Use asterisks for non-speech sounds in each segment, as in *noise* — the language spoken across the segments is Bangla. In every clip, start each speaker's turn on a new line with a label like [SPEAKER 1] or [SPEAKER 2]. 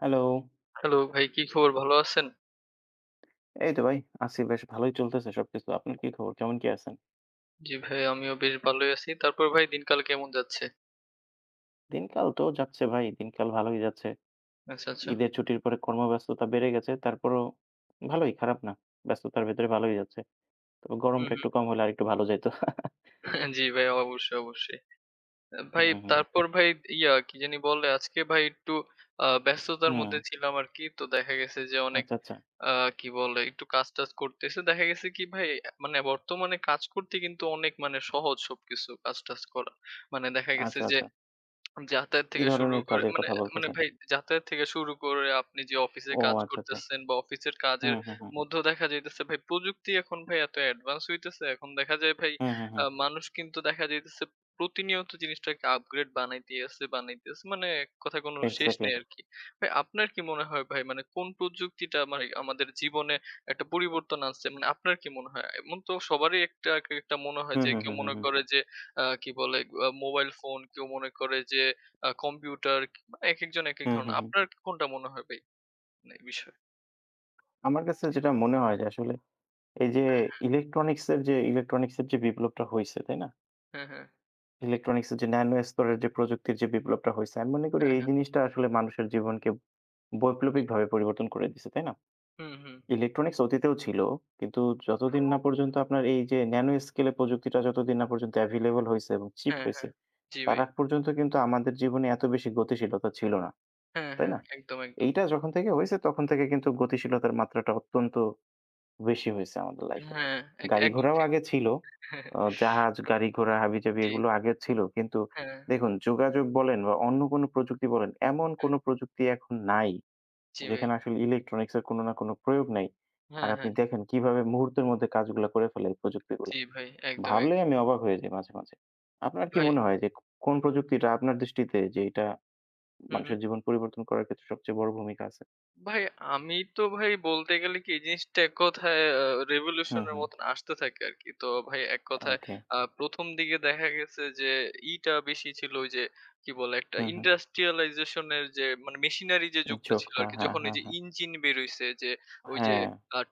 [SPEAKER 1] হ্যালো।
[SPEAKER 2] হ্যালো ভাই, কি খবর? ভালো আছেন?
[SPEAKER 1] এই তো ভাই আছি বেশ ভালোই চলতেছে সবকিছু। আপনার কি খবর? কেমন কি আছেন?
[SPEAKER 2] জি ভাই, আমিও বেশ ভালোই আছি। তারপর ভাই দিনকাল কেমন যাচ্ছে?
[SPEAKER 1] দিনকাল তো যাচ্ছে ভাই, দিনকাল ভালোই যাচ্ছে।
[SPEAKER 2] আচ্ছা, আচ্ছা।
[SPEAKER 1] ঈদের ছুটির পরে কর্মব্যস্ততা বেড়ে গেছে। তারপরও ভালোই, খারাপ না। ব্যস্ততার ভেতরে ভালোই যাচ্ছে। তবে
[SPEAKER 2] হুম,
[SPEAKER 1] গরমটা
[SPEAKER 2] হুম।
[SPEAKER 1] একটু কম হলে আরেকটু ভালো যাইত। *laughs*
[SPEAKER 2] *laughs* জি ভাই, অবশ্যই, অবশ্যই। ভাই
[SPEAKER 1] হুম, হুম,
[SPEAKER 2] তারপর ভাই ইয়া কি জানি বলে আজকে ভাই একটু ব্যস্ততার
[SPEAKER 1] হুম।
[SPEAKER 2] মধ্যে ছিলাম আরকি। তো দেখা গেছে যে অনেক
[SPEAKER 1] আচ্ছা, আচ্ছা।
[SPEAKER 2] আ কি বলে একটু কাজ-টাজ করতেছি। দেখা গেছে কি ভাই, মানে বর্তমানে কাজ করতে কিন্তু অনেক মানে সহজ সবকিছু কাজ-টাজ করা। মানে দেখা গেছে
[SPEAKER 1] আচ্ছা,
[SPEAKER 2] যে
[SPEAKER 1] আচ্ছা।
[SPEAKER 2] যাতায়াত
[SPEAKER 1] কি
[SPEAKER 2] থেকে শুরু
[SPEAKER 1] ধরনের
[SPEAKER 2] করে
[SPEAKER 1] কাজের
[SPEAKER 2] মানে
[SPEAKER 1] কথা
[SPEAKER 2] মানে
[SPEAKER 1] বলতেছেন?
[SPEAKER 2] ভাই যাতায়াত থেকে শুরু করে আপনি যে অফিসে
[SPEAKER 1] ও
[SPEAKER 2] কাজ
[SPEAKER 1] আচ্ছা, আচ্ছা।
[SPEAKER 2] করতেছেন বা অফিসের কাজের
[SPEAKER 1] হুম, হুম, হুম।
[SPEAKER 2] মধ্যেও দেখা যাইতেছে ভাই প্রযুক্তি এখন ভাই এত অ্যাডভান্স হইতেছে, এখন দেখা যায় ভাই
[SPEAKER 1] হুম, হুম, হুম।
[SPEAKER 2] মানুষ কিন্তু দেখা যাইতেছে প্রতিনিয়ত জিনিসটাকে আপগ্রেড বানাইতেছে বানাইতেছে মানে এক কথা কোনো শেষ
[SPEAKER 1] এক্সাক্টলি।
[SPEAKER 2] নেই আর কি। ভাই আপনার কি মনে হয় ভাই মানে কোন প্রযুক্তিটা মানে আমাদের জীবনে একটা পরিবর্তন আনছে? মানে আপনার কি মনে হয়? এমন তো সবারই একটা একটা মনে হয়
[SPEAKER 1] হুম,
[SPEAKER 2] যে
[SPEAKER 1] হুম,
[SPEAKER 2] কেউ
[SPEAKER 1] হুম, হুম,
[SPEAKER 2] মনে
[SPEAKER 1] হুম।
[SPEAKER 2] করে যে কি বলে? মোবাইল ফোন, কেউ মনে করে যে কম্পিউটার। মানে একেকজন একেক
[SPEAKER 1] হুম, হুম,
[SPEAKER 2] ধরনের।
[SPEAKER 1] হুম।
[SPEAKER 2] আপনার কোনটা মনে হয় ভাই? মানে এই বিষয়ে?
[SPEAKER 1] আমার কাছে
[SPEAKER 2] জি।
[SPEAKER 1] যেটা মনে হয় যে আসলে এই যে
[SPEAKER 2] হ্যাঁ,
[SPEAKER 1] ইলেকট্রনিক্স এর যে বিপ্লবটা হইছে, তাই না?
[SPEAKER 2] হ্যাঁ, হ্যাঁ, হ্যাঁ,
[SPEAKER 1] ইলেকট্রনিক্স এর যে ন্যানো স্তরের যে প্রযুক্তির যে বিপ্লবটা হইছে, আমি মনে করি
[SPEAKER 2] হ্যাঁ,
[SPEAKER 1] এই
[SPEAKER 2] হ্যাঁ।
[SPEAKER 1] জিনিসটা আসলে মানুষের জীবনকে বৈপ্লবিকভাবে পরিবর্তন করে দিছে, তাই না?
[SPEAKER 2] হুম, হুম।
[SPEAKER 1] ইলেকট্রনিক্স অতীতেও ছিল। কিন্তু যতদিন না পর্যন্ত আপনার এই যে ন্যানো স্কেলে প্রযুক্তিটা যতদিন না পর্যন্ত এভেইলেবল হইছে এবং চিপ
[SPEAKER 2] হ্যাঁ,
[SPEAKER 1] হইছে,
[SPEAKER 2] হ্যাঁ। জি
[SPEAKER 1] তার
[SPEAKER 2] ভাই।
[SPEAKER 1] আগ পর্যন্ত কিন্তু আমাদের জীবনে এত বেশি গতিশীলতা ছিল না,
[SPEAKER 2] হ্যাঁ,
[SPEAKER 1] তাই
[SPEAKER 2] হ্যাঁ।
[SPEAKER 1] না?
[SPEAKER 2] একদম, একদম।
[SPEAKER 1] এইটা যখন থেকে হইছে তখন থেকে কিন্তু গতিশীলতার মাত্রাটা অত্যন্ত বেশি হইছে আমাদের লাইফে।
[SPEAKER 2] হ্যাঁ, এক
[SPEAKER 1] গাড়ি
[SPEAKER 2] একদম
[SPEAKER 1] ঘোড়াও
[SPEAKER 2] ঠিক।
[SPEAKER 1] আগে ছিল।
[SPEAKER 2] হ্যাঁ, হ্যাঁ,
[SPEAKER 1] জাহাজ, গাড়ি ঘোড়া, হাবিজাবি
[SPEAKER 2] জি।
[SPEAKER 1] এগুলো আগে ছিল। কিন্তু
[SPEAKER 2] হ্যাঁ,
[SPEAKER 1] দেখুন যোগাযোগ বলেন বা অন্য কোনো প্রযুক্তি বলেন, এমন
[SPEAKER 2] হ্যাঁ।
[SPEAKER 1] কোনো প্রযুক্তি এখন নাই
[SPEAKER 2] জি ভাই।
[SPEAKER 1] যেখানে আসলে ইলেকট্রনিক্স এর কোনো না কোনো প্রয়োগ নাই। আর
[SPEAKER 2] হ্যাঁ,
[SPEAKER 1] আপনি
[SPEAKER 2] হ্যাঁ।
[SPEAKER 1] দেখেন কিভাবে মুহূর্তের মধ্যে কাজগুলা করে ফেলে এই প্রযুক্তিগুলা।
[SPEAKER 2] জি ভাই। একদম,
[SPEAKER 1] ভাবলেই
[SPEAKER 2] একদম।
[SPEAKER 1] আমি অবাক হয়ে যাই মাঝে, মাঝে। আপনার কি
[SPEAKER 2] ভাই
[SPEAKER 1] মনে হয় যে কোন প্রযুক্তিটা আপনার দৃষ্টিতে যে এটা
[SPEAKER 2] হুম, হুম।
[SPEAKER 1] মানুষের জীবন পরিবর্তন করার ক্ষেত্রে সবচেয়ে বড় ভূমিকা আছে?
[SPEAKER 2] ভাই আমি তো ভাই বলতে গেলে কি এই জিনিসটা এক কথায় revolution
[SPEAKER 1] হুম,
[SPEAKER 2] এর
[SPEAKER 1] হুম।
[SPEAKER 2] মতন আসতে থাকে আর কি। তো ভাই এক কথায়
[SPEAKER 1] ওকে।
[SPEAKER 2] প্রথম দিকে দেখা গেছে যে ইটা বেশি ছিল ওই যে কি বলে একটা
[SPEAKER 1] হুম, হুম।
[SPEAKER 2] ইন্ডাস্ট্রিয়ালাইজেশন এর যে মানে মেশিনারি যে যুগটা ছিল আর
[SPEAKER 1] ঝোঁকটা।
[SPEAKER 2] কি,
[SPEAKER 1] হ্যাঁ,
[SPEAKER 2] যখন ওই
[SPEAKER 1] হ্যাঁ,
[SPEAKER 2] যে
[SPEAKER 1] হ্যাঁ।
[SPEAKER 2] ইঞ্জিন বের হইছে যে ওই যে
[SPEAKER 1] হ্যাঁ।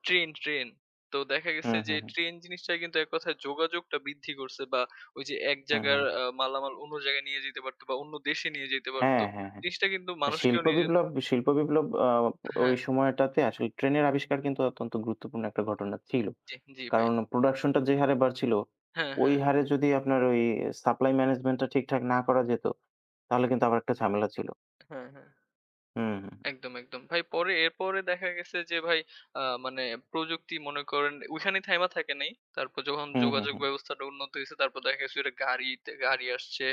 [SPEAKER 2] ট্রেন ট্রেন তো দেখা গেছে
[SPEAKER 1] হুম,
[SPEAKER 2] যে
[SPEAKER 1] হুম, হুম,
[SPEAKER 2] ট্রেন জিনিসটা কিন্তু এক কথায় যোগাযোগটা বৃদ্ধি করছে বা ওই যে এক
[SPEAKER 1] হুম,
[SPEAKER 2] জায়গার
[SPEAKER 1] হুম।
[SPEAKER 2] মালামাল অন্য জায়গায় নিয়ে যেতে পারতো বা অন্য দেশে নিয়ে যেতে পারতো,
[SPEAKER 1] হ্যাঁ, হ্যাঁ, হ্যাঁ।
[SPEAKER 2] জিনিসটা কিন্তু মানুষকেও
[SPEAKER 1] শিল্প
[SPEAKER 2] নিয়ে যেত।
[SPEAKER 1] বিপ্লব শিল্প বিপ্লব আ
[SPEAKER 2] হ্যাঁ,
[SPEAKER 1] ওই সময়টাতে আসলে ট্রেনের আবিষ্কার কিন্তু অত্যন্ত গুরুত্বপূর্ণ একটা ঘটনা ছিল।
[SPEAKER 2] জি, জি ভাই।
[SPEAKER 1] কারণ প্রোডাকশন টা যে হারে বাড়ছিল,
[SPEAKER 2] হ্যাঁ,
[SPEAKER 1] ওই
[SPEAKER 2] হ্যাঁ,
[SPEAKER 1] হারে যদি আপনার ওই সাপ্লাই ম্যানেজমেন্ট টা ঠিকঠাক না করা যেত, তাহলে কিন্তু আবার একটা ঝামেলা ছিল।
[SPEAKER 2] হ্যাঁ, হ্যাঁ।
[SPEAKER 1] হুম, হুম, হুম।
[SPEAKER 2] একদম, একদম। ভাই পরে এরপরে দেখা গেছে যে ভাই মানে প্রযুক্তি মনে করেন ওইখানে থাইমা থাকে নাই। তারপর যখন
[SPEAKER 1] হুম, হুম,
[SPEAKER 2] যোগাযোগ
[SPEAKER 1] হুম।
[SPEAKER 2] ব্যবস্থাটা উন্নত হইছে তারপর দেখা গেছে এটা গাড়িতে গাড়ি আসছে।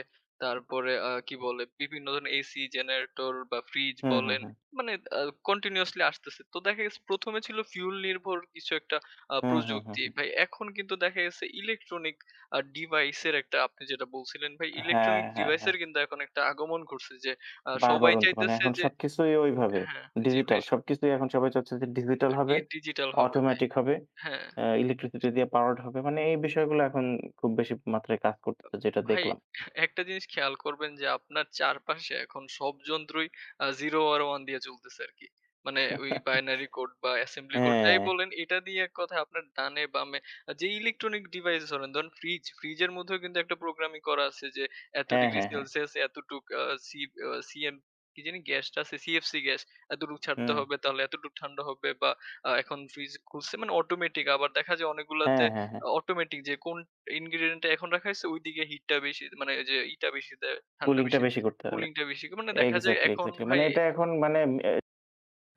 [SPEAKER 2] তারপরে কি বলে বিভিন্ন ধরনের এসি, জেনারেটর বা ফ্রিজ
[SPEAKER 1] হুম, হুম,
[SPEAKER 2] বলেন,
[SPEAKER 1] হুম।
[SPEAKER 2] মানে আ কন্টিনিউয়াসলি আসতেছে। তো দেখা গেছে ১ম এ ছিল ফিউল নির্ভর কিছু একটা
[SPEAKER 1] হুম, হুম,
[SPEAKER 2] প্রযুক্তি।
[SPEAKER 1] হুম।
[SPEAKER 2] ভাই এখন কিন্তু দেখা গেছে ইলেকট্রনিক ডিভাইস এর একটা, আপনি যেটা বলছিলেন ভাই
[SPEAKER 1] হ্যাঁ,
[SPEAKER 2] ইলেকট্রনিক
[SPEAKER 1] হ্যাঁ,
[SPEAKER 2] ডিভাইস
[SPEAKER 1] হ্যাঁ।
[SPEAKER 2] এর কিন্তু এখন একটা আগমন ঘটছে যে সবাই
[SPEAKER 1] বারবার অন্ত মানে
[SPEAKER 2] চাইতেছে
[SPEAKER 1] এখন
[SPEAKER 2] যে
[SPEAKER 1] সবকিছুই ওইভাবে
[SPEAKER 2] হ্যাঁ, জি ভাই।
[SPEAKER 1] ডিজিটাল। সবকিছুই এখন সবাই চাচ্ছে যে ডিজিটাল
[SPEAKER 2] ডি
[SPEAKER 1] হবে,
[SPEAKER 2] ডিজিটাল হবে ভাই।
[SPEAKER 1] অটোমেটিক হবে।
[SPEAKER 2] হ্যাঁ,
[SPEAKER 1] ইলেকট্রিসিটি দিয়ে পাওয়ারড হবে। মানে এই বিষয়গুলো এখন খুব বেশি মাত্রায় কাজ করতেছে যেটা
[SPEAKER 2] ভাই
[SPEAKER 1] দেখলাম।
[SPEAKER 2] একটা জিনিস খেয়াল করবেন যে আপনার চারপাশে এখন সব যন্ত্রই 0 আর 1 দিয়ে চলতেছে আরকি। মানে ওই বাইনারি
[SPEAKER 1] *laughs*
[SPEAKER 2] কোড বা অ্যাসেম্বলি কোড যাই
[SPEAKER 1] হ্যাঁ,
[SPEAKER 2] বলেন এটা দিয়ে এক কথায় আপনার ডানে বামে যে ইলেকট্রনিক ডিভাইস ধরেন, ধরেন ফ্রিজ, ফ্রিজের মধ্যেও কিন্তু একটা প্রোগ্রামিং করা আছে যে এত
[SPEAKER 1] হ্যাঁ,
[SPEAKER 2] ডিগ্রি
[SPEAKER 1] হ্যাঁ, হ্যাঁ।
[SPEAKER 2] সেলসিয়াস এতটুক আ সি আ সিএম কি জানি গ্যাসটা আছে CFC গ্যাস, এতটুকু ছাড়তে
[SPEAKER 1] হুম।
[SPEAKER 2] হবে তাহলে এতটুকু ঠান্ডা হবে বা এখন ফ্রিজ খুলছে মানে অটোমেটিক, আবার দেখা যায় অনেকগুলাতে
[SPEAKER 1] হ্যাঁ, হ্যাঁ, হ্যাঁ।
[SPEAKER 2] অটোমেটিক, যে কোন ইনগ্রেডিয়েন্ট টা এখন রাখা হইছে ওইদিকে হিটটা বেশি মানে ওই যে ইটা বেশি দেয়, ঠান্ডা
[SPEAKER 1] কুলিংটা
[SPEAKER 2] বেশি,
[SPEAKER 1] বেশি করতে হবে।
[SPEAKER 2] কুলিং টা বেশি। মানে দেখা যায়
[SPEAKER 1] এক্সাক্টলি,
[SPEAKER 2] এখন
[SPEAKER 1] এক্সাক্টলি।
[SPEAKER 2] ভাই
[SPEAKER 1] মানে এটা এখন মানে এ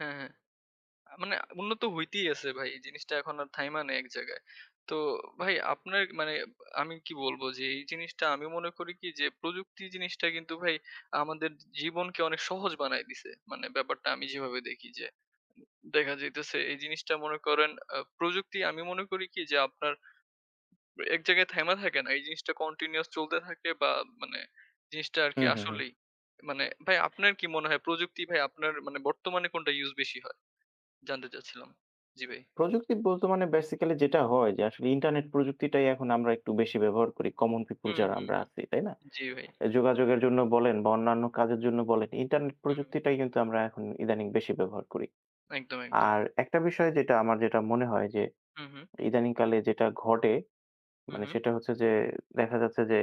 [SPEAKER 2] হ্যাঁ, হ্যাঁ। মানে উন্নত হইতেই আছে ভাই। এই জিনিসটা এখন আর থাইমা নাই এক জায়গায়। তো ভাই আপনার মানে আমি কি বলব যে এই জিনিসটা আমি মনে করি কি যে প্রযুক্তি জিনিসটা কিন্তু ভাই আমাদের জীবনকে অনেক সহজ বানায় দিছে। মানে ব্যাপারটা আমি যেভাবে দেখি যে দেখা যাইতেছে এই জিনিসটা মনে করেন প্রযুক্তি আমি মনে করি কি যে আপনার এক জায়গায় থেমে থাকে না। এই জিনিসটা কন্টিনিউয়াস চলতে থাকে বা মানে জিনিসটা আরকি
[SPEAKER 1] হুম, হুম, হুম।
[SPEAKER 2] আসলেই মানে ভাই আপনার কি মনে হয় প্রযুক্তি ভাই আপনার মানে বর্তমানে কোনটা ইউস বেশি হয়? জানতে চাচ্ছিলাম। জি ভাই।
[SPEAKER 1] প্রযুক্তি বলতে মানে বেসিক্যালি যেটা হয় যে আসলে ইন্টারনেট প্রযুক্তিটাই এখন আমরা একটু বেশি ব্যবহার করি কমন পিপল
[SPEAKER 2] হুম,
[SPEAKER 1] যারা
[SPEAKER 2] হুম,
[SPEAKER 1] আমরা আছি,
[SPEAKER 2] হুম।
[SPEAKER 1] তাই না?
[SPEAKER 2] জি ভাই।
[SPEAKER 1] যোগাযোগের জন্য বলেন বা অন্যান্য কাজের জন্য বলেন, ইন্টারনেট
[SPEAKER 2] হুম।
[SPEAKER 1] প্রযুক্তিটাই কিন্তু আমরা এখন ইদানিং বেশি ব্যবহার করি।
[SPEAKER 2] একদম, একদম।
[SPEAKER 1] আর একটা বিষয় যেটা আমার যেটা মনে হয় যে
[SPEAKER 2] হুম, হুম।
[SPEAKER 1] ইদানিংকালে যেটা ঘটে
[SPEAKER 2] হুম,
[SPEAKER 1] মানে
[SPEAKER 2] হুম।
[SPEAKER 1] সেটা হচ্ছে যে দেখা যাচ্ছে যে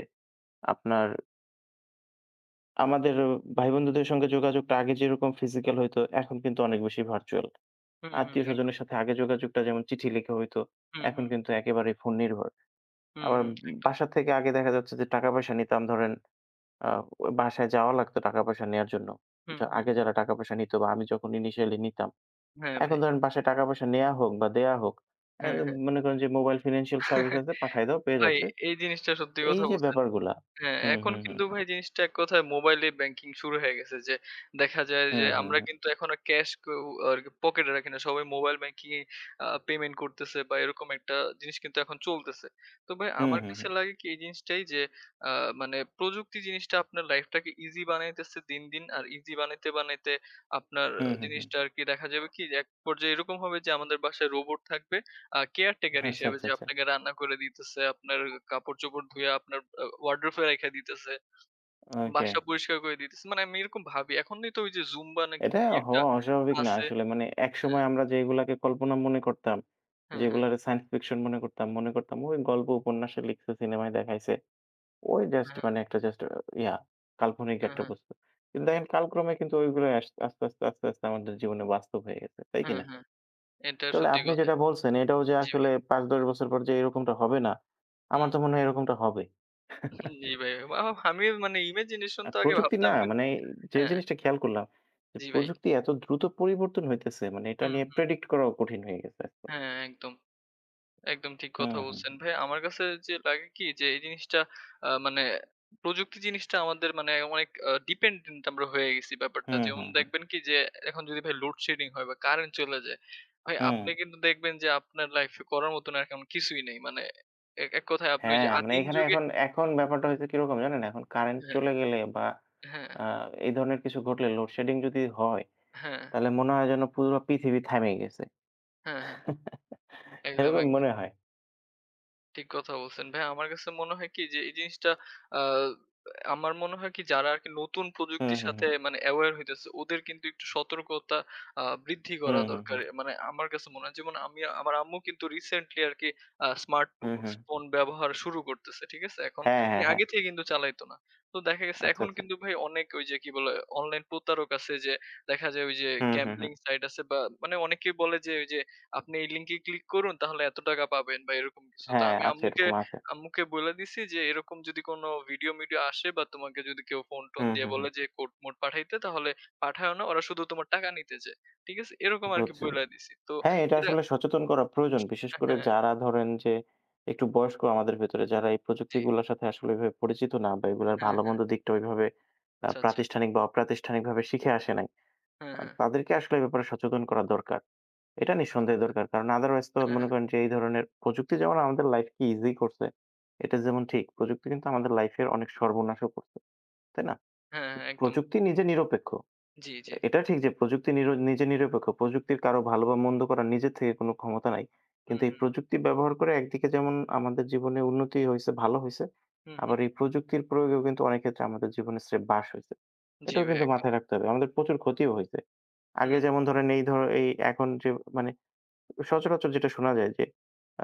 [SPEAKER 1] আপনার আমাদের ভাই-বন্ধুদের সঙ্গে যোগাযোগটা আগে যেরকম ফিজিক্যাল হইতো এখন কিন্তু অনেক বেশি ভার্চুয়াল।
[SPEAKER 2] হুম, হুম। একদম।
[SPEAKER 1] আত্মীয়স্বজনের সাথে আগে যোগাযোগটা যেমন চিঠি লিখে হইতো,
[SPEAKER 2] হুম,
[SPEAKER 1] এখন
[SPEAKER 2] হুম।
[SPEAKER 1] কিন্তু একেবারেই ফোন নির্ভর।
[SPEAKER 2] হুম,
[SPEAKER 1] আবার
[SPEAKER 2] হুম। একদম।
[SPEAKER 1] বাসা থেকে আগে দেখা যাচ্ছে যে টাকা-পয়সা নিতাম ধরেন আ বাসায় যাওয়া লাগতো টাকা-পয়সা নেয়ার জন্য।
[SPEAKER 2] হুম,
[SPEAKER 1] যা
[SPEAKER 2] হুম।
[SPEAKER 1] আগে যারা টাকা-পয়সা নিত বা আমি যখন ইনিশিয়ালি নিতাম।
[SPEAKER 2] হ্যাঁ
[SPEAKER 1] এখন
[SPEAKER 2] ভাই।
[SPEAKER 1] ধরেন বাসায় টাকা-পয়সা নেয়া হোক বা দেয়া হোক,
[SPEAKER 2] হ্যাঁ,
[SPEAKER 1] একদম
[SPEAKER 2] হ্যাঁ।
[SPEAKER 1] মনে করেন যে মোবাইল ফিন্যান্সিয়াল সার্ভিস
[SPEAKER 2] *laughs*
[SPEAKER 1] আছে পাঠায় দাও পেয়ে
[SPEAKER 2] ভাই
[SPEAKER 1] যাচ্ছে।
[SPEAKER 2] এই জিনিসটা সত্যি
[SPEAKER 1] এই
[SPEAKER 2] কথা
[SPEAKER 1] যে
[SPEAKER 2] বলছেন।
[SPEAKER 1] ব্যাপারগুলা।
[SPEAKER 2] হ্যাঁ,
[SPEAKER 1] হুম,
[SPEAKER 2] এখন
[SPEAKER 1] হুম, হুম।
[SPEAKER 2] কিন্তু ভাই জিনিসটা এক কথায় মোবাইলে ব্যাংকিং শুরু হয়ে গেছে যে দেখা যায় যে
[SPEAKER 1] হুম,
[SPEAKER 2] হুম।
[SPEAKER 1] হুম,
[SPEAKER 2] আমরা
[SPEAKER 1] হুম।
[SPEAKER 2] কিন্তু এখন আর ক্যাশ কেউ আর পকেটে রাখি না। সবাই মোবাইল ব্যাংকিং এ পেমেন্ট করতেছে বা এরকম একটা জিনিস কিন্তু এখন চলতেছে। তো ভাই
[SPEAKER 1] হুম,
[SPEAKER 2] আমার
[SPEAKER 1] হুম,
[SPEAKER 2] কাছে
[SPEAKER 1] হুম।
[SPEAKER 2] লাগে কি এই জিনিসটাই যে আ মানে প্রযুক্তি জিনিসটা আপনার লাইফটাকে ইজি বানাইতেছে দিন, দিন। আর ইজি বানাইতে, বানাইতে আপনার
[SPEAKER 1] হুম, হুম, হুম।
[SPEAKER 2] জিনিসটা আরকি দেখা যাবে কি যে এক পর্যায়ে এরকম হবে যে আমাদের বাসায় রোবট থাকবে। কেয়ারটেকার
[SPEAKER 1] আচ্ছা,
[SPEAKER 2] হিসেবে
[SPEAKER 1] আচ্ছা,
[SPEAKER 2] যে
[SPEAKER 1] আচ্ছা।
[SPEAKER 2] আপনাকে রান্না করে দিতেছে, আপনার কাপড়-চোপড় ধুইয়া আপনার ওয়ারড্রোবে রাইখা দিতেছে,
[SPEAKER 1] ওকে।
[SPEAKER 2] বাসা পরিষ্কার করে দিতেছে। মানে আমি এরকম ভাবি। এখনই তো ওই যে জুম্বা নাকি
[SPEAKER 1] এটা
[SPEAKER 2] কি একটা
[SPEAKER 1] হওয়া অস্বাভাবিক না
[SPEAKER 2] আছে।
[SPEAKER 1] আসলে। মানে
[SPEAKER 2] হ্যাঁ,
[SPEAKER 1] একসময় আমরা যেগুলাকে কল্পনা মনে করতাম,
[SPEAKER 2] হ্যাঁ, হ্যাঁ,
[SPEAKER 1] যেগুলারে সায়েন্স ফিকশন মনে করতাম, মনে করতাম ওই গল্প উপন্যাসে লিখছে, সিনেমায় দেখাইছে। ওই জাস্ট
[SPEAKER 2] হ্যাঁ,
[SPEAKER 1] মানে একটা জাস্ট ইয়া কাল্পনিক
[SPEAKER 2] হ্যাঁ,
[SPEAKER 1] একটা
[SPEAKER 2] হ্যাঁ,
[SPEAKER 1] বস্তু। কিন্তু দেখেন কালক্রমে কিন্তু ওইগুলো আস্তে, আস্তে, আস্তে, আস্তে আমাদের জীবনে বাস্তব হয়ে গেছে। তাই
[SPEAKER 2] হ্যাঁ,
[SPEAKER 1] কিনা?
[SPEAKER 2] হ্যাঁ। এটা
[SPEAKER 1] তাহলে
[SPEAKER 2] সত্যি
[SPEAKER 1] আপনি
[SPEAKER 2] কথা।
[SPEAKER 1] যেটা বলছেন এটাও যে
[SPEAKER 2] জি ভাই।
[SPEAKER 1] আসলে ৫-১০ বছর পর যে এরকমটা হবে না, আমার
[SPEAKER 2] হুম,
[SPEAKER 1] তো মনে হয় এরকমটা হবে।
[SPEAKER 2] জি ভাই। আ আমি মানে ইমাজিনেশন
[SPEAKER 1] আর
[SPEAKER 2] তো আগে
[SPEAKER 1] প্রযুক্তি
[SPEAKER 2] ভাবতাম
[SPEAKER 1] না
[SPEAKER 2] কিন্তু
[SPEAKER 1] মানে যে
[SPEAKER 2] হ্যাঁ,
[SPEAKER 1] জিনিসটা খেয়াল করলাম যে
[SPEAKER 2] জি ভাই।
[SPEAKER 1] প্রযুক্তি এত দ্রুত পরিবর্তন হইতেছে মানে এটা
[SPEAKER 2] হুম,
[SPEAKER 1] নিয়ে
[SPEAKER 2] হুম।
[SPEAKER 1] প্রেডিক্ট করাও কঠিন হয়ে গেছে এখন।
[SPEAKER 2] হ্যাঁ, একদম। একদম ঠিক কথা
[SPEAKER 1] হুম, হুম,
[SPEAKER 2] বলছেন ভাই। আমার কাছে যে লাগে কি যে এই জিনিসটা মানে প্রযুক্তি জিনিসটা আমাদের মানে অনেক ডিপেন্ডেন্ট আমরা হয়ে গেছি ব্যাপারটা।
[SPEAKER 1] হুম,
[SPEAKER 2] যেমন
[SPEAKER 1] হুম, হুম,
[SPEAKER 2] দেখবেন কি যে এখন যদি ভাই লোডশেডিং হয় বা কারেন্ট চলে যায়, ভাই
[SPEAKER 1] হুম।
[SPEAKER 2] আপনি কিন্তু দেখবেন যে আপনার লাইফে করার মতন আর তেমন কিছুই নেই। মানে এক এক কথায় আপনি ওই যে
[SPEAKER 1] হ্যাঁ, মানে
[SPEAKER 2] আদিম
[SPEAKER 1] এখানে
[SPEAKER 2] যুগে
[SPEAKER 1] এখন এখন ব্যাপারটা হয়েছে কিরকম জানেন? এখন কারেন্ট
[SPEAKER 2] হ্যাঁ,
[SPEAKER 1] চলে গেলে বা
[SPEAKER 2] হ্যাঁ,
[SPEAKER 1] আ এই ধরনের কিছু ঘটলে লোডশেডিং যদি হয়
[SPEAKER 2] হ্যাঁ,
[SPEAKER 1] তাহলে মনে হয় যেন পুরো পৃথিবী থামে গেছে।
[SPEAKER 2] হ্যাঁ, হ্যাঁ, একদম,
[SPEAKER 1] এরকম
[SPEAKER 2] একদম।
[SPEAKER 1] মনে হয়।
[SPEAKER 2] ঠিক কথা বলছেন। ভাই আমার কাছে মনে হয় কি যে এই জিনিসটা আ আমার মনে হয় কি যারা আরকি নতুন
[SPEAKER 1] হুম,
[SPEAKER 2] প্রযুক্তির
[SPEAKER 1] হুম,
[SPEAKER 2] সাথে
[SPEAKER 1] হুম,
[SPEAKER 2] মানে aware হইতেছে ওদের কিন্তু একটু সতর্কতা বৃদ্ধি
[SPEAKER 1] হুম,
[SPEAKER 2] করা
[SPEAKER 1] হুম,
[SPEAKER 2] দরকার।
[SPEAKER 1] হুম।
[SPEAKER 2] মানে আমার কাছে মনে হয় যেমন আমি আমার আম্মু কিন্তু রিসেন্টলি আরকি আ স্মার্ট ফো
[SPEAKER 1] হুম, হুম।
[SPEAKER 2] ফোন ব্যবহার শুরু করতেছে। ঠিক আছে? এখন
[SPEAKER 1] হ্যাঁ,
[SPEAKER 2] উনি
[SPEAKER 1] হ্যাঁ, হ্যাঁ।
[SPEAKER 2] আগে থেকে কিন্তু চালাইতো না। তো দেখা গেছে
[SPEAKER 1] আচ্ছা,
[SPEAKER 2] এখন
[SPEAKER 1] আচ্ছা।
[SPEAKER 2] কিন্তু ভাই অনেক ওই যে কি বলে অনলাইন প্রতারক আছে যে দেখা যায় ওই যে
[SPEAKER 1] হুম, হুম,
[SPEAKER 2] গ্যাম্বলিং
[SPEAKER 1] হুম।
[SPEAKER 2] সাইট আছে বা মানে অনেকেই বলে যে ওই যে আপনি এই লিঙ্কে ক্লিক করুন তাহলে এত টাকা পাবেন বা এরকম কিছু। তো
[SPEAKER 1] হ্যাঁ,
[SPEAKER 2] আমি
[SPEAKER 1] আছে
[SPEAKER 2] আম্মুকে,
[SPEAKER 1] এরকম আছে।
[SPEAKER 2] আম্মুকে বইলা দিছি যে এরকম যদি কোনো ভিডিও-মিডিও আসে বা তোমাকে যদি কেউ ফোন-টোন
[SPEAKER 1] হুম,
[SPEAKER 2] দিয়ে
[SPEAKER 1] হুম,
[SPEAKER 2] বলে
[SPEAKER 1] হুম।
[SPEAKER 2] যে কোড-মোড পাঠাইতে তাহলে পাঠায়ও না। ওরা শুধু তোমার টাকা নিতে চায়। ঠিক আছে? এরকম আরকি
[SPEAKER 1] বুঝছি,
[SPEAKER 2] বইলা
[SPEAKER 1] বুঝছি।
[SPEAKER 2] দিছি। তো
[SPEAKER 1] হ্যাঁ, এটা
[SPEAKER 2] এটা
[SPEAKER 1] আসলে সচেতন করা প্রয়োজন। বিশেষ করে
[SPEAKER 2] হ্যাঁ,
[SPEAKER 1] যারা ধরেন যে একটু বয়স্ক আমাদের ভেতরে যারা এই
[SPEAKER 2] জি।
[SPEAKER 1] প্রযুক্তিগুলোর সাথে আসলে ওইভাবে পরিচিত না বা এগুলার
[SPEAKER 2] হ্যাঁ, হ্যাঁ।
[SPEAKER 1] ভালো-মন্দ দিকটা ওইভাবে
[SPEAKER 2] আচ্ছা, আচ্ছা।
[SPEAKER 1] প্রাতিষ্ঠানিক বা অপ্রাতিষ্ঠানিকভাবে শিখে আসে নাই।
[SPEAKER 2] হ্যাঁ, হ্যাঁ।
[SPEAKER 1] তাদেরকে আসলে এ ব্যাপারে সচেতন করা দরকার। এটা
[SPEAKER 2] আচ্ছা,
[SPEAKER 1] নিঃসন্দেহে
[SPEAKER 2] আচ্ছা।
[SPEAKER 1] দরকার। কারণ আদারওয়াইজ তো
[SPEAKER 2] হ্যাঁ,
[SPEAKER 1] মনে
[SPEAKER 2] হ্যাঁ।
[SPEAKER 1] করেন যে এই ধরনের প্রযুক্তি যেমন আমাদের লাইফকে ইজি করছে, এটা যেমন ঠিক। প্রযুক্তি কিন্তু আমাদের লাইফের অনেক সর্বনাশও করছে। তাই না?
[SPEAKER 2] হ্যাঁ, হ্যাঁ। একদম।
[SPEAKER 1] প্রযুক্তি নিজে নিরপেক্ষ।
[SPEAKER 2] জি, জি।
[SPEAKER 1] এটা ঠিক যে প্রযুক্তি নিজে নিরপেক্ষ। প্রযুক্তির কারো ভালো বা মন্দ করার নিজের থেকে কোনো ক্ষমতা নাই।
[SPEAKER 2] হুম,
[SPEAKER 1] কিন্তু এই
[SPEAKER 2] হুম।
[SPEAKER 1] প্রযুক্তি ব্যবহার করে একদিকে যেমন আমাদের জীবনে উন্নতি হইছে, ভালো হইছে।
[SPEAKER 2] হুম, হুম।
[SPEAKER 1] আবার এই প্রযুক্তির প্রয়োগেও কিন্তু অনেক ক্ষেত্রে আমাদের জীবনে স্রেফ বাস হইছে।
[SPEAKER 2] জি
[SPEAKER 1] এটাও
[SPEAKER 2] ভাই
[SPEAKER 1] কিন্তু
[SPEAKER 2] একদম।
[SPEAKER 1] মাথায় রাখতে হবে। আমাদের প্রচুর ক্ষতিও হইছে। আগে
[SPEAKER 2] হুম,
[SPEAKER 1] যেমন ধরেন এই ধর এই এখন যে মানে সচরাচর যেটা শোনা যায় যে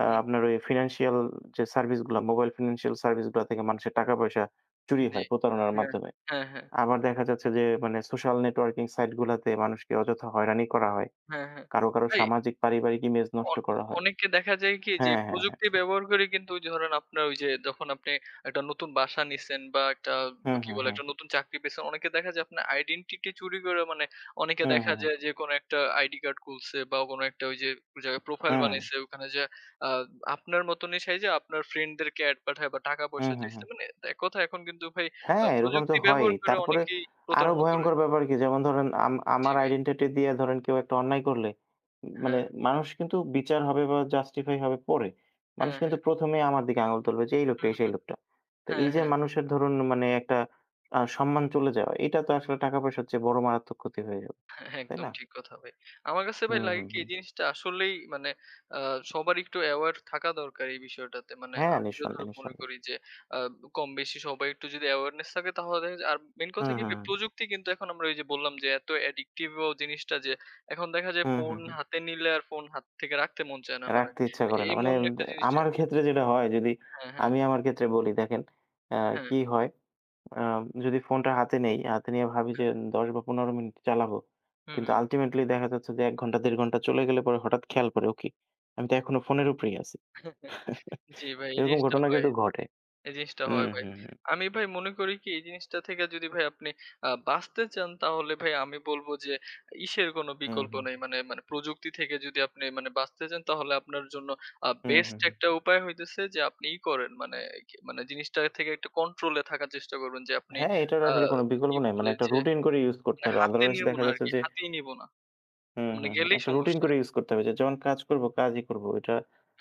[SPEAKER 2] হুম।
[SPEAKER 1] আপনার ওই ফিন্যান্সিয়াল যে সার্ভিস গুলা, মোবাইল ফিন্যান্সিয়াল সার্ভিস গুলা থেকে মানুষের টাকা পয়সা চুরি
[SPEAKER 2] হুম, জি।
[SPEAKER 1] হয় প্রতারণার
[SPEAKER 2] হ্যাঁ।
[SPEAKER 1] মাধ্যমে।
[SPEAKER 2] হ্যাঁ, হ্যাঁ।
[SPEAKER 1] আবার দেখা যাচ্ছে যে মানে সোশ্যাল নেটওয়ার্কিং সাইট গুলাতে মানুষকে অযথা হয়রানি করা হয়।
[SPEAKER 2] হ্যাঁ, হ্যাঁ।
[SPEAKER 1] কারো, কারো
[SPEAKER 2] ভাই
[SPEAKER 1] সামাজিক পারিবারিক ইমেজ
[SPEAKER 2] অ
[SPEAKER 1] নষ্ট করা হয়।
[SPEAKER 2] অনেককে দেখা যায় কি যে
[SPEAKER 1] হ্যাঁ, হ্যাঁ, হ্যাঁ।
[SPEAKER 2] প্রযুক্তি ব্যবহার করে কিন্তু ওই যে ধরেন আপনার ওই যে যখন আপনি একটা নতুন বাসা নিছেন বা একটা
[SPEAKER 1] হুম,
[SPEAKER 2] কি
[SPEAKER 1] হুম,
[SPEAKER 2] বলে
[SPEAKER 1] হুম।
[SPEAKER 2] একটা নতুন চাকরি পেয়েছেন, অনেকে দেখা যায় আপনার আইডেন্টিটি চুরি করে, মানে অনেকে
[SPEAKER 1] হুম,
[SPEAKER 2] দেখা
[SPEAKER 1] হুম, হুম।
[SPEAKER 2] যায় যে কোনো একটা আইডি কার্ড খুলছে বা কোনো একটা ওই যে জায়গায় প্রোফাইল বানাইছে ওখানে যে আ আপনার মতনই সেজে আপনার ফ্রেন্ডদেরকে এড পাঠায় বা টাকা
[SPEAKER 1] হুম,
[SPEAKER 2] পয়সা
[SPEAKER 1] হুম,
[SPEAKER 2] চাইছে।
[SPEAKER 1] হুম।
[SPEAKER 2] মানে এক কথায় এখন কিন্তু ভাই
[SPEAKER 1] হ্যাঁ, এরকম তো
[SPEAKER 2] প্রযুক্তি ব্যবহার
[SPEAKER 1] হয়ই।
[SPEAKER 2] করে
[SPEAKER 1] তারপরে
[SPEAKER 2] অনেকেই
[SPEAKER 1] আরো
[SPEAKER 2] প্রতারণা করে।
[SPEAKER 1] ভয়ংকর ব্যাপার কি? যেমন ধরেন
[SPEAKER 2] জি
[SPEAKER 1] আমার
[SPEAKER 2] ভাই।
[SPEAKER 1] আইডেন্টিটি দিয়ে ধরেন কেউ একটা অন্যায় করলে মানে
[SPEAKER 2] হ্যাঁ,
[SPEAKER 1] মানুষ কিন্তু বিচার হবে বা জাস্টিফাই হবে পরে। মানুষ
[SPEAKER 2] হ্যাঁ, হ্যাঁ।
[SPEAKER 1] কিন্তু ১ম এ আমার দিকে আঙুল তুলবে যে এই লোকটা,
[SPEAKER 2] হুম,
[SPEAKER 1] এই সেই
[SPEAKER 2] হুম।
[SPEAKER 1] লোকটা। তো
[SPEAKER 2] হ্যাঁ,
[SPEAKER 1] এই যে
[SPEAKER 2] হ্যাঁ।
[SPEAKER 1] মানুষের ধরুন মানে একটা সম্মান চলে যাওয়া, এটা তো আসলে টাকা-পয়সার চেয়ে বড় মারাত্মক ক্ষতি হয়ে যায়।
[SPEAKER 2] হ্যাঁ,
[SPEAKER 1] তাই
[SPEAKER 2] একদম
[SPEAKER 1] না?
[SPEAKER 2] ঠিক কথা ভাই। আমার কাছে ভাই হুম।
[SPEAKER 1] হুম,
[SPEAKER 2] লাগে
[SPEAKER 1] হুম,
[SPEAKER 2] কি
[SPEAKER 1] হুম।
[SPEAKER 2] এই জিনিসটা আসলেই মানে আ সবার একটু aware থাকা দরকার এই বিষয়টাতে। মানে
[SPEAKER 1] হ্যাঁ,
[SPEAKER 2] আমি
[SPEAKER 1] নিঃসন্দেহে,
[SPEAKER 2] যতটুকু মনে
[SPEAKER 1] নিঃসন্দেহে।
[SPEAKER 2] করি যে আ কম বেশি সবাই একটু যদি awareness থাকে তাহলে দেখা যায়, আর মেইন কথা
[SPEAKER 1] হুম,
[SPEAKER 2] কি ভাই
[SPEAKER 1] হুম,
[SPEAKER 2] প্রযুক্তি কিন্তু এখন আমরা ওই যে বললাম যে এত addictive ও জিনিসটা যে এখন দেখা যায়
[SPEAKER 1] হুম,
[SPEAKER 2] ফোন
[SPEAKER 1] হুম, হুম।
[SPEAKER 2] হাতে নিলে আর ফোন হাত থেকে রাখতে মন চায় না। মানে
[SPEAKER 1] রাখতে ইচ্ছা করে না। মানে
[SPEAKER 2] এমন একটা জিনিস
[SPEAKER 1] আমার ক্ষেত্রে যেটা হয় যদি
[SPEAKER 2] হ্যাঁ, হ্যাঁ,
[SPEAKER 1] আমি আমার ক্ষেত্রে বলি দেখেন আ
[SPEAKER 2] হ্যাঁ,
[SPEAKER 1] কি হয় আ যদি ফোনটা হাতে নেই, হাতে নিয়ে ভাবি যে
[SPEAKER 2] হ্যাঁ।
[SPEAKER 1] ১০ বা ১৫ মিনিট চালাবো।
[SPEAKER 2] হুম,
[SPEAKER 1] কিন্তু
[SPEAKER 2] হুম।
[SPEAKER 1] আল্টিমেটলি দেখা যাচ্ছে যে ১ ঘন্টা ১.৫ ঘন্টা চলে গেলে পরে হঠাৎ খেয়াল করে ওকে আমি তো এখনো ফোনের উপরেই আছি।
[SPEAKER 2] *laughs* জি ভাই এই
[SPEAKER 1] এরকম
[SPEAKER 2] জিনিসটা
[SPEAKER 1] ঘটনা
[SPEAKER 2] হয়।
[SPEAKER 1] কিন্তু ঘটে।
[SPEAKER 2] এই জিনিসটা হয়
[SPEAKER 1] হুম,
[SPEAKER 2] ভাই।
[SPEAKER 1] হুম, হুম,
[SPEAKER 2] আমি ভাই মনে করি কি এই জিনিসটা থেকে যদি ভাই আপনি বাঁচতে চান তাহলে ভাই আমি বলব যে ইসের কোন
[SPEAKER 1] হুম,
[SPEAKER 2] বিকল্প
[SPEAKER 1] হুম,
[SPEAKER 2] নেই। মানে মানে প্রযুক্তি থেকে যদি আপনি মানে বাঁচতে চান তাহলে আপনার জন্য
[SPEAKER 1] হুম,
[SPEAKER 2] বেস্ট
[SPEAKER 1] হুম, হুম।
[SPEAKER 2] একটা উপায় হইতেছে যে আপনি ই করেন, মানে কি, মানে জিনিসটা থেকে একটু কন্ট্রোল এ থাকার চেষ্টা করবেন যে আপনি
[SPEAKER 1] হ্যাঁ, এটার
[SPEAKER 2] আ
[SPEAKER 1] আসলে কোনো বিকল্প
[SPEAKER 2] কি
[SPEAKER 1] নাই। মানে
[SPEAKER 2] বলে
[SPEAKER 1] একটা
[SPEAKER 2] যে
[SPEAKER 1] রুটিন করে ইউস করতে
[SPEAKER 2] মানে
[SPEAKER 1] হবে।
[SPEAKER 2] হাতে
[SPEAKER 1] আদারওয়াইজ
[SPEAKER 2] নিব
[SPEAKER 1] দেখা
[SPEAKER 2] না
[SPEAKER 1] যাচ্ছে
[SPEAKER 2] আরকি।
[SPEAKER 1] যে
[SPEAKER 2] হাতেই নিব না।
[SPEAKER 1] হুম,
[SPEAKER 2] মানে
[SPEAKER 1] হুম, হুম।
[SPEAKER 2] গেলেই
[SPEAKER 1] একটা রুটিন
[SPEAKER 2] সমস্যা।
[SPEAKER 1] করে ইউজ করতে হবে যে যখন কাজ করব, কাজই করব। এটা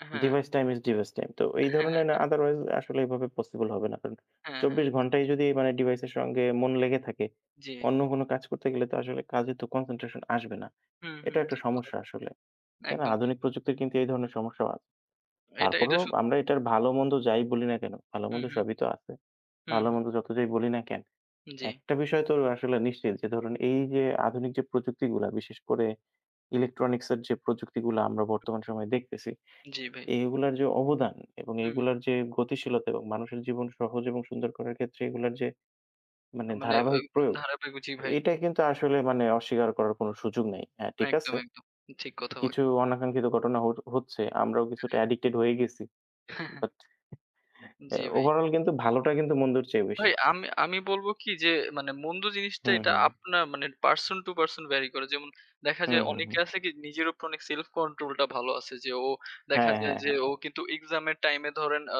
[SPEAKER 2] হ্যাঁ,
[SPEAKER 1] ডিভাইস টাইম। তো এই
[SPEAKER 2] হ্যাঁ,
[SPEAKER 1] ধরনের না আদারওয়াইজ আসলে এভাবে পসিবল হবে না। কারণ
[SPEAKER 2] হ্যাঁ, হ্যাঁ।
[SPEAKER 1] ২৪ ঘন্টাই যদি মানে ডিভাইসের সঙ্গে মন লেগে থাকে,
[SPEAKER 2] জি।
[SPEAKER 1] অন্য কোনো কাজ করতে গেলে তো আসলে কাজে তো কনসেনট্রেশন আসবে না।
[SPEAKER 2] হুম,
[SPEAKER 1] এটা
[SPEAKER 2] হুম।
[SPEAKER 1] একটা
[SPEAKER 2] ঠিক কথা।
[SPEAKER 1] সমস্যা আসলে। তাই না?
[SPEAKER 2] একদম।
[SPEAKER 1] আধুনিক প্রযুক্তির কিন্তু এই ধরনের সমস্যাও আছে।
[SPEAKER 2] এটা এটা
[SPEAKER 1] তারপরেও
[SPEAKER 2] সত্যি।
[SPEAKER 1] আমরা এটার ভালো-মন্দ যাই বলি না কেন,
[SPEAKER 2] হুম,
[SPEAKER 1] ভালো-মন্দ
[SPEAKER 2] হুম।
[SPEAKER 1] সবই তো আছে।
[SPEAKER 2] হুম, হুম।
[SPEAKER 1] ভালো-মন্দ যত যাই বলি না কেন,
[SPEAKER 2] জি।
[SPEAKER 1] একটা বিষয় তো আসলে নিশ্চিত যে ধরুন এই যে আধুনিক যে প্রযুক্তিগুলা বিশেষ করে ইলেকট্রনিক্সের যে প্রযুক্তিগুলা আমরা বর্তমান সময়ে দেখতেছি,
[SPEAKER 2] জি ভাই।
[SPEAKER 1] এগুলার যে অবদান এবং
[SPEAKER 2] হুম।
[SPEAKER 1] এগুলার যে গতিশীলতা এবং মানুষের জীবন সহজ এবং সুন্দর করার ক্ষেত্রে এগুলার যে মানে
[SPEAKER 2] মানে ওই
[SPEAKER 1] ধারাবাহিক প্রয়োগ,
[SPEAKER 2] ধারাবাহিক জি ভাই।
[SPEAKER 1] এটা কিন্তু আসলে মানে অস্বীকার করার কোনো সুযোগ নাই। হ্যাঁ, ঠিক
[SPEAKER 2] একদম,
[SPEAKER 1] আছে।
[SPEAKER 2] একদম। ঠিক কথা বল
[SPEAKER 1] কিছু অনাকাঙ্ক্ষিত ঘটনা হচ্ছে। আমরাও কিছুটা অ্যাডিক্টেড হয়ে গেছি। বাট
[SPEAKER 2] *laughs* জি ভাই।
[SPEAKER 1] ওভারঅল কিন্তু ভালোটা কিন্তু মন্দর চেয়ে বেশি।
[SPEAKER 2] ভাই আমি আমি বলব কি যে মানে মন্দ জিনিসটা
[SPEAKER 1] হুম,
[SPEAKER 2] এটা
[SPEAKER 1] হুম।
[SPEAKER 2] আপনার মানে পারসন টু পারসন ভ্যারি করে। যেমন দেখা যায়
[SPEAKER 1] হুম, হুম,
[SPEAKER 2] অনেকে
[SPEAKER 1] হুম।
[SPEAKER 2] আছে কি নিজের উপর অনেক সেলফ কন্ট্রোল টা ভালো আছে যে ও দেখা
[SPEAKER 1] হ্যাঁ,
[SPEAKER 2] যায়
[SPEAKER 1] হ্যাঁ,
[SPEAKER 2] যে
[SPEAKER 1] হ্যাঁ।
[SPEAKER 2] ও কিন্তু এক্সামের টাইমে ধরেন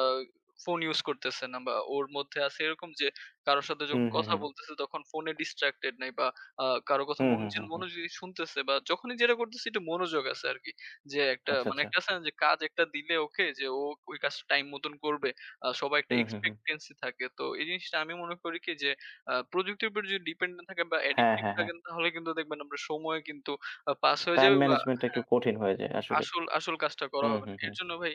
[SPEAKER 2] ফোন ইউজ করতেছে না বা ওর মধ্যে আছে এরকম যে কারো সাথে যখন
[SPEAKER 1] হুম, হুম,
[SPEAKER 2] কথা
[SPEAKER 1] হুম।
[SPEAKER 2] বলতেছে তখন ফোনে ডিস্ট্রাক্টেড নাই বা কারো কথা
[SPEAKER 1] হুম, হুম,
[SPEAKER 2] মনোযোগ
[SPEAKER 1] হুম, হুম।
[SPEAKER 2] মনোযোগী শুনতেছে বা যখনই যেটা করতেছে একটু মনোযোগ আছে আরকি। যে একটা
[SPEAKER 1] আচ্ছা,
[SPEAKER 2] মানে
[SPEAKER 1] আচ্ছা।
[SPEAKER 2] একটা আছে না যে কাজ একটা দিলে ওকে যে ও ওই কাজটা টাইম মতন করবে। সবার একটা
[SPEAKER 1] হুম, হুম, হুম।
[SPEAKER 2] এক্সপেক্টেন্সি থাকে। তো এই জিনিসটা আমি মনে করি কি যে প্রযুক্তির উপর যদি ডিপেন্ডেন্ট থাকেন বা
[SPEAKER 1] হ্যাঁ,
[SPEAKER 2] অ্যাডিক্টিভ
[SPEAKER 1] হ্যাঁ, হ্যাঁ।
[SPEAKER 2] থাকেন তাহলে কিন্তু দেখবেন আপনার সময় কিন্তু পাস হয়ে
[SPEAKER 1] টাইম
[SPEAKER 2] যাবে বা
[SPEAKER 1] ম্যানেজমেন্টটা একটু
[SPEAKER 2] হ্যাঁ,
[SPEAKER 1] কঠিন হয়ে যায় আসলেই।
[SPEAKER 2] আসল আসল কাজটা করা
[SPEAKER 1] হুম,
[SPEAKER 2] হবে না।
[SPEAKER 1] হুম,
[SPEAKER 2] এর
[SPEAKER 1] হুম।
[SPEAKER 2] জন্য ভাই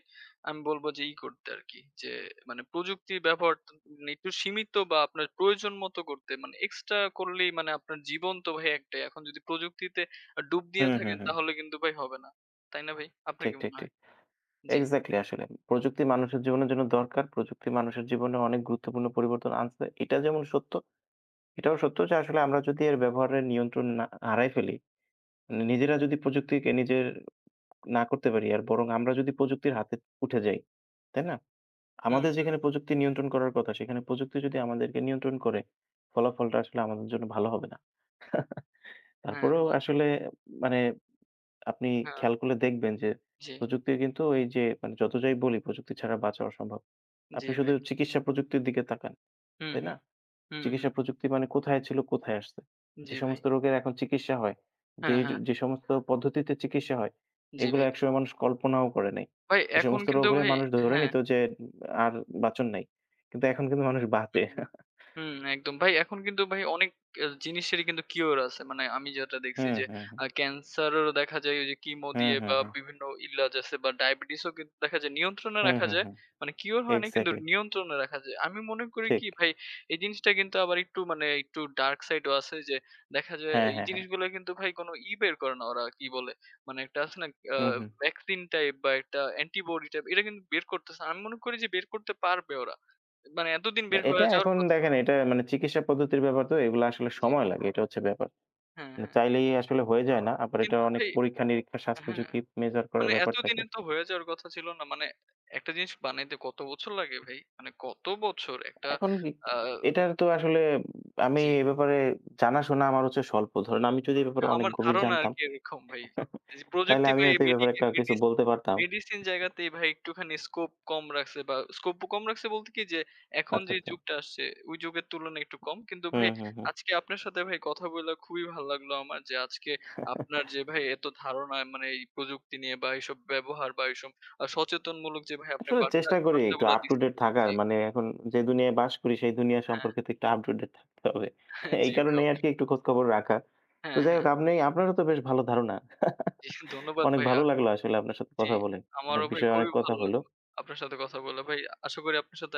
[SPEAKER 2] আমি বলব যে ই করতে আরকি যে মানে প্রযুক্তির ব্যবহারটা মানে একটু সীমিত বা আপনার প্রয়োজন মতো করতে, মানে এক্সট্রা করলেই, মানে আপনার জীবন তো ভাই একটাই। এখন যদি প্রযুক্তিতে ডুব দিয়ে
[SPEAKER 1] হুম, হুম,
[SPEAKER 2] থাকেন
[SPEAKER 1] হুম।
[SPEAKER 2] তাহলে কিন্তু ভাই হবে না। তাই না ভাই? আপনার
[SPEAKER 1] ঠিক,
[SPEAKER 2] কি
[SPEAKER 1] ঠিক,
[SPEAKER 2] মনে হয়?
[SPEAKER 1] ঠিক।
[SPEAKER 2] জি।
[SPEAKER 1] এক্সাক্টলি আসলে। প্রযুক্তি মানুষের জীবনের জন্য দরকার। প্রযুক্তি মানুষের জীবনে অনেক গুরুত্বপূর্ণ পরিবর্তন আনছে। এটা যেমন সত্য, এটাও সত্য যে আসলে আমরা যদি এর ব্যবহারের নিয়ন্ত্রণ না হারাই ফেলি, মানে নিজেরা যদি প্রযুক্তিকে নিজের না করতে পারি আর বরং আমরা যদি প্রযুক্তির হাতে উঠে যাই, তাই না?
[SPEAKER 2] হুম,
[SPEAKER 1] আমাদের
[SPEAKER 2] হুম।
[SPEAKER 1] যেখানে প্রযুক্তি নিয়ন্ত্রণ করার কথা, সেখানে প্রযুক্তি যদি আমাদেরকে নিয়ন্ত্রণ করে, ফলাফলটা আসলে আমাদের জন্য ভালো হবে না। *laughs*
[SPEAKER 2] হ্যাঁ,
[SPEAKER 1] তারপরেও
[SPEAKER 2] হ্যাঁ, একদম।
[SPEAKER 1] আসলে মানে আপনি
[SPEAKER 2] হ্যাঁ।
[SPEAKER 1] খেয়াল করলে দেখবেন যে
[SPEAKER 2] জি।
[SPEAKER 1] প্রযুক্তির কিন্তু ওই যে মানে যত যাই বলি প্রযুক্তি ছাড়া বাঁচা অসম্ভব।
[SPEAKER 2] জি
[SPEAKER 1] আপনি শুধু
[SPEAKER 2] ভাই।
[SPEAKER 1] চিকিৎসা প্রযুক্তির দিকে তাকান,
[SPEAKER 2] হুম,
[SPEAKER 1] তাই
[SPEAKER 2] হুম।
[SPEAKER 1] না?
[SPEAKER 2] হুম, হুম।
[SPEAKER 1] চিকিৎসা প্রযুক্তি মানে কোথায় ছিল, কোথায় আসছে? যে
[SPEAKER 2] জি ভাই।
[SPEAKER 1] সমস্ত রোগের এখন চিকিৎসা হয়, যে
[SPEAKER 2] হ্যাঁ, হ্যাঁ।
[SPEAKER 1] যে সমস্ত পদ্ধতিতে চিকিৎসা হয়,
[SPEAKER 2] জি
[SPEAKER 1] এগুলো
[SPEAKER 2] ভাই।
[SPEAKER 1] একসময় মানুষ কল্পনাও করে নাই।
[SPEAKER 2] ভাই
[SPEAKER 1] এ
[SPEAKER 2] এখন
[SPEAKER 1] সমস্ত রোগ
[SPEAKER 2] কিন্তু
[SPEAKER 1] হলে
[SPEAKER 2] ভাই
[SPEAKER 1] মানুষ ধরে
[SPEAKER 2] হ্যাঁ।
[SPEAKER 1] নিত যে আর বাঁচন নাই। কিন্তু এখন কিন্তু মানুষ বাঁচে।
[SPEAKER 2] হুম। হুম। হুম, একদম। ভাই এখন কিন্তু ভাই অনেক জিনিসেরই কিন্তু কিওর আছে। মানে আমি যেটা দেখছি
[SPEAKER 1] হুম,
[SPEAKER 2] যে
[SPEAKER 1] হুম,
[SPEAKER 2] ক্যান্সারেরও দেখা যায় ওই যে কিমো
[SPEAKER 1] হুম,
[SPEAKER 2] দিয়ে
[SPEAKER 1] হুম, হুম,
[SPEAKER 2] বা
[SPEAKER 1] হুম,
[SPEAKER 2] বিভিন্ন ইলাজ আছে, বা ডায়াবেটিসও কিন্তু দেখা যায় নিয়ন্ত্রণে
[SPEAKER 1] হুম,
[SPEAKER 2] রাখা
[SPEAKER 1] হুম,
[SPEAKER 2] যায়।
[SPEAKER 1] হুম,
[SPEAKER 2] মানে কিওর হয় নাই কিন্তু
[SPEAKER 1] এক্সাক্টলি
[SPEAKER 2] নিয়ন্ত্রণে রাখা যায়। আমি মনে করি
[SPEAKER 1] ঠিক।
[SPEAKER 2] কি ভাই এই জিনিসটা কিন্তু আবার একটু মানে একটু ডার্ক সাইড ও আছে যে দেখা যায়
[SPEAKER 1] হ্যাঁ,
[SPEAKER 2] এই
[SPEAKER 1] হ্যাঁ, হ্যাঁ।
[SPEAKER 2] জিনিসগুলো কিন্তু ভাই কোনো ই বের করে না ওরা, কি বলে? মানে একটা আছে না আ
[SPEAKER 1] হুম, হুম।
[SPEAKER 2] ভ্যাকসিন টাইপ বা একটা অ্যান্টিবডি টাইপ, এটা কিন্তু বের করতেছে। আমি মনে করি যে বের করতে পারবে ওরা। মানে এতদিন
[SPEAKER 1] না,
[SPEAKER 2] বের
[SPEAKER 1] এটা
[SPEAKER 2] হয়ে যাওয়ার
[SPEAKER 1] এখন
[SPEAKER 2] কথা।
[SPEAKER 1] দেখেন এটা মানে চিকিৎসা পদ্ধতির ব্যাপার তো এগুলো আসলে
[SPEAKER 2] জি,
[SPEAKER 1] সময় লাগে। এটা হচ্ছে ব্যাপার।
[SPEAKER 2] হ্যাঁ,
[SPEAKER 1] মানে
[SPEAKER 2] হ্যাঁ।
[SPEAKER 1] চাইলেই আসলে হয়ে যায় না। আবার এটা
[SPEAKER 2] কিন্তু
[SPEAKER 1] অনেক
[SPEAKER 2] ভাই
[SPEAKER 1] পরীক্ষা-নিরীক্ষা, স্বাস্থ্য
[SPEAKER 2] হ্যাঁ,
[SPEAKER 1] ঝুঁকি মেজার করার
[SPEAKER 2] মানে
[SPEAKER 1] ব্যাপার থাকে।
[SPEAKER 2] এতদিনে তো হয়ে যাওয়ার কথা ছিল না। মানে একটা জিনিস বানাইতে কত বছর লাগে ভাই? মানে কত বছর একটা
[SPEAKER 1] এখন কি কি
[SPEAKER 2] আ
[SPEAKER 1] এটার তো আসলে আমি
[SPEAKER 2] জি।
[SPEAKER 1] এ ব্যাপারে জানাশোনা আমার হচ্ছে স্বল্প। ধরেন আমি যদি এ ব্যাপারে অনেক
[SPEAKER 2] আমার
[SPEAKER 1] গভীর
[SPEAKER 2] ধারণা
[SPEAKER 1] জানতাম
[SPEAKER 2] আরকি এরকম ভাই।
[SPEAKER 1] *laughs*
[SPEAKER 2] এই যে
[SPEAKER 1] তাহলে
[SPEAKER 2] প্রযুক্তি
[SPEAKER 1] আমি
[SPEAKER 2] ভাই
[SPEAKER 1] হয়তো এই ব্যাপারে
[SPEAKER 2] মেডিকে
[SPEAKER 1] একটা কিছু
[SPEAKER 2] মেডিসি
[SPEAKER 1] বলতে পারতাম।
[SPEAKER 2] মেডিসিন জায়গাতেই ভাই একটুখানি স্কোপ কম রাখছে বা স্কোপ কম রাখছে বলতে কি যে এখন
[SPEAKER 1] আচ্ছা,
[SPEAKER 2] যে
[SPEAKER 1] আচ্ছা।
[SPEAKER 2] যুগটা আসছে ওই যুগের তুলনায় একটু কম। কিন্তু
[SPEAKER 1] হুম,
[SPEAKER 2] ভাই
[SPEAKER 1] হুম,
[SPEAKER 2] আজকে আপনার সাথে ভাই কথা বলে খুবই ভালো লাগলো আমার যে আজকে আপনার
[SPEAKER 1] হুম।
[SPEAKER 2] যে ভাই এত ধারণা মানে এই প্রযুক্তি নিয়ে বা এইসব ব্যবহার বা এইসব সচেতনমূলক যে ভাই আপনি
[SPEAKER 1] আসলে
[SPEAKER 2] বার্তা
[SPEAKER 1] চেষ্টা করি একটু
[SPEAKER 2] বার্তাগুলা
[SPEAKER 1] আপ টু
[SPEAKER 2] দিছেন।
[SPEAKER 1] ডেট থাকার।
[SPEAKER 2] জি,
[SPEAKER 1] মানে এখন যে দুনিয়ায় বাস করি সেই দুনিয়া
[SPEAKER 2] হ্যাঁ,
[SPEAKER 1] সম্পর্কে তো একটু আপ টু ডেট থাকতে হবে।
[SPEAKER 2] *laughs*
[SPEAKER 1] এই
[SPEAKER 2] জি ভাই
[SPEAKER 1] কারণেই আরকি
[SPEAKER 2] অবশ্যই।
[SPEAKER 1] একটু খোঁজখবর রাখা। তো
[SPEAKER 2] হ্যাঁ,
[SPEAKER 1] যাই
[SPEAKER 2] হ্যাঁ।
[SPEAKER 1] হোক আপনি আপনারও তো বেশ ভালো ধারণা।
[SPEAKER 2] জি ধন্যবাদ
[SPEAKER 1] অনেক
[SPEAKER 2] ভাই।
[SPEAKER 1] ভালো লাগলো আসলে আপনার সাথে
[SPEAKER 2] জি,
[SPEAKER 1] কথা বলে। অনেক
[SPEAKER 2] আমারও ভাই
[SPEAKER 1] বিষয়ে অনেক
[SPEAKER 2] খুবই
[SPEAKER 1] কথা
[SPEAKER 2] ভালো
[SPEAKER 1] হলো।
[SPEAKER 2] লাগলো আপনার সাথে কথা বলে ভাই। আশা করি আপনার সাথে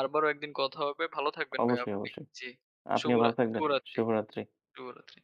[SPEAKER 2] আবারও একদিন কথা হবে। ভালো থাকবেন ভাই
[SPEAKER 1] অবশ্যই,
[SPEAKER 2] আপনি।
[SPEAKER 1] অবশ্যই।
[SPEAKER 2] জি।
[SPEAKER 1] আপনিও
[SPEAKER 2] শুভরা
[SPEAKER 1] ভালো থাকবেন।
[SPEAKER 2] শুভরাত্রি,
[SPEAKER 1] শুভরাত্রি।
[SPEAKER 2] শুভরাত্রি।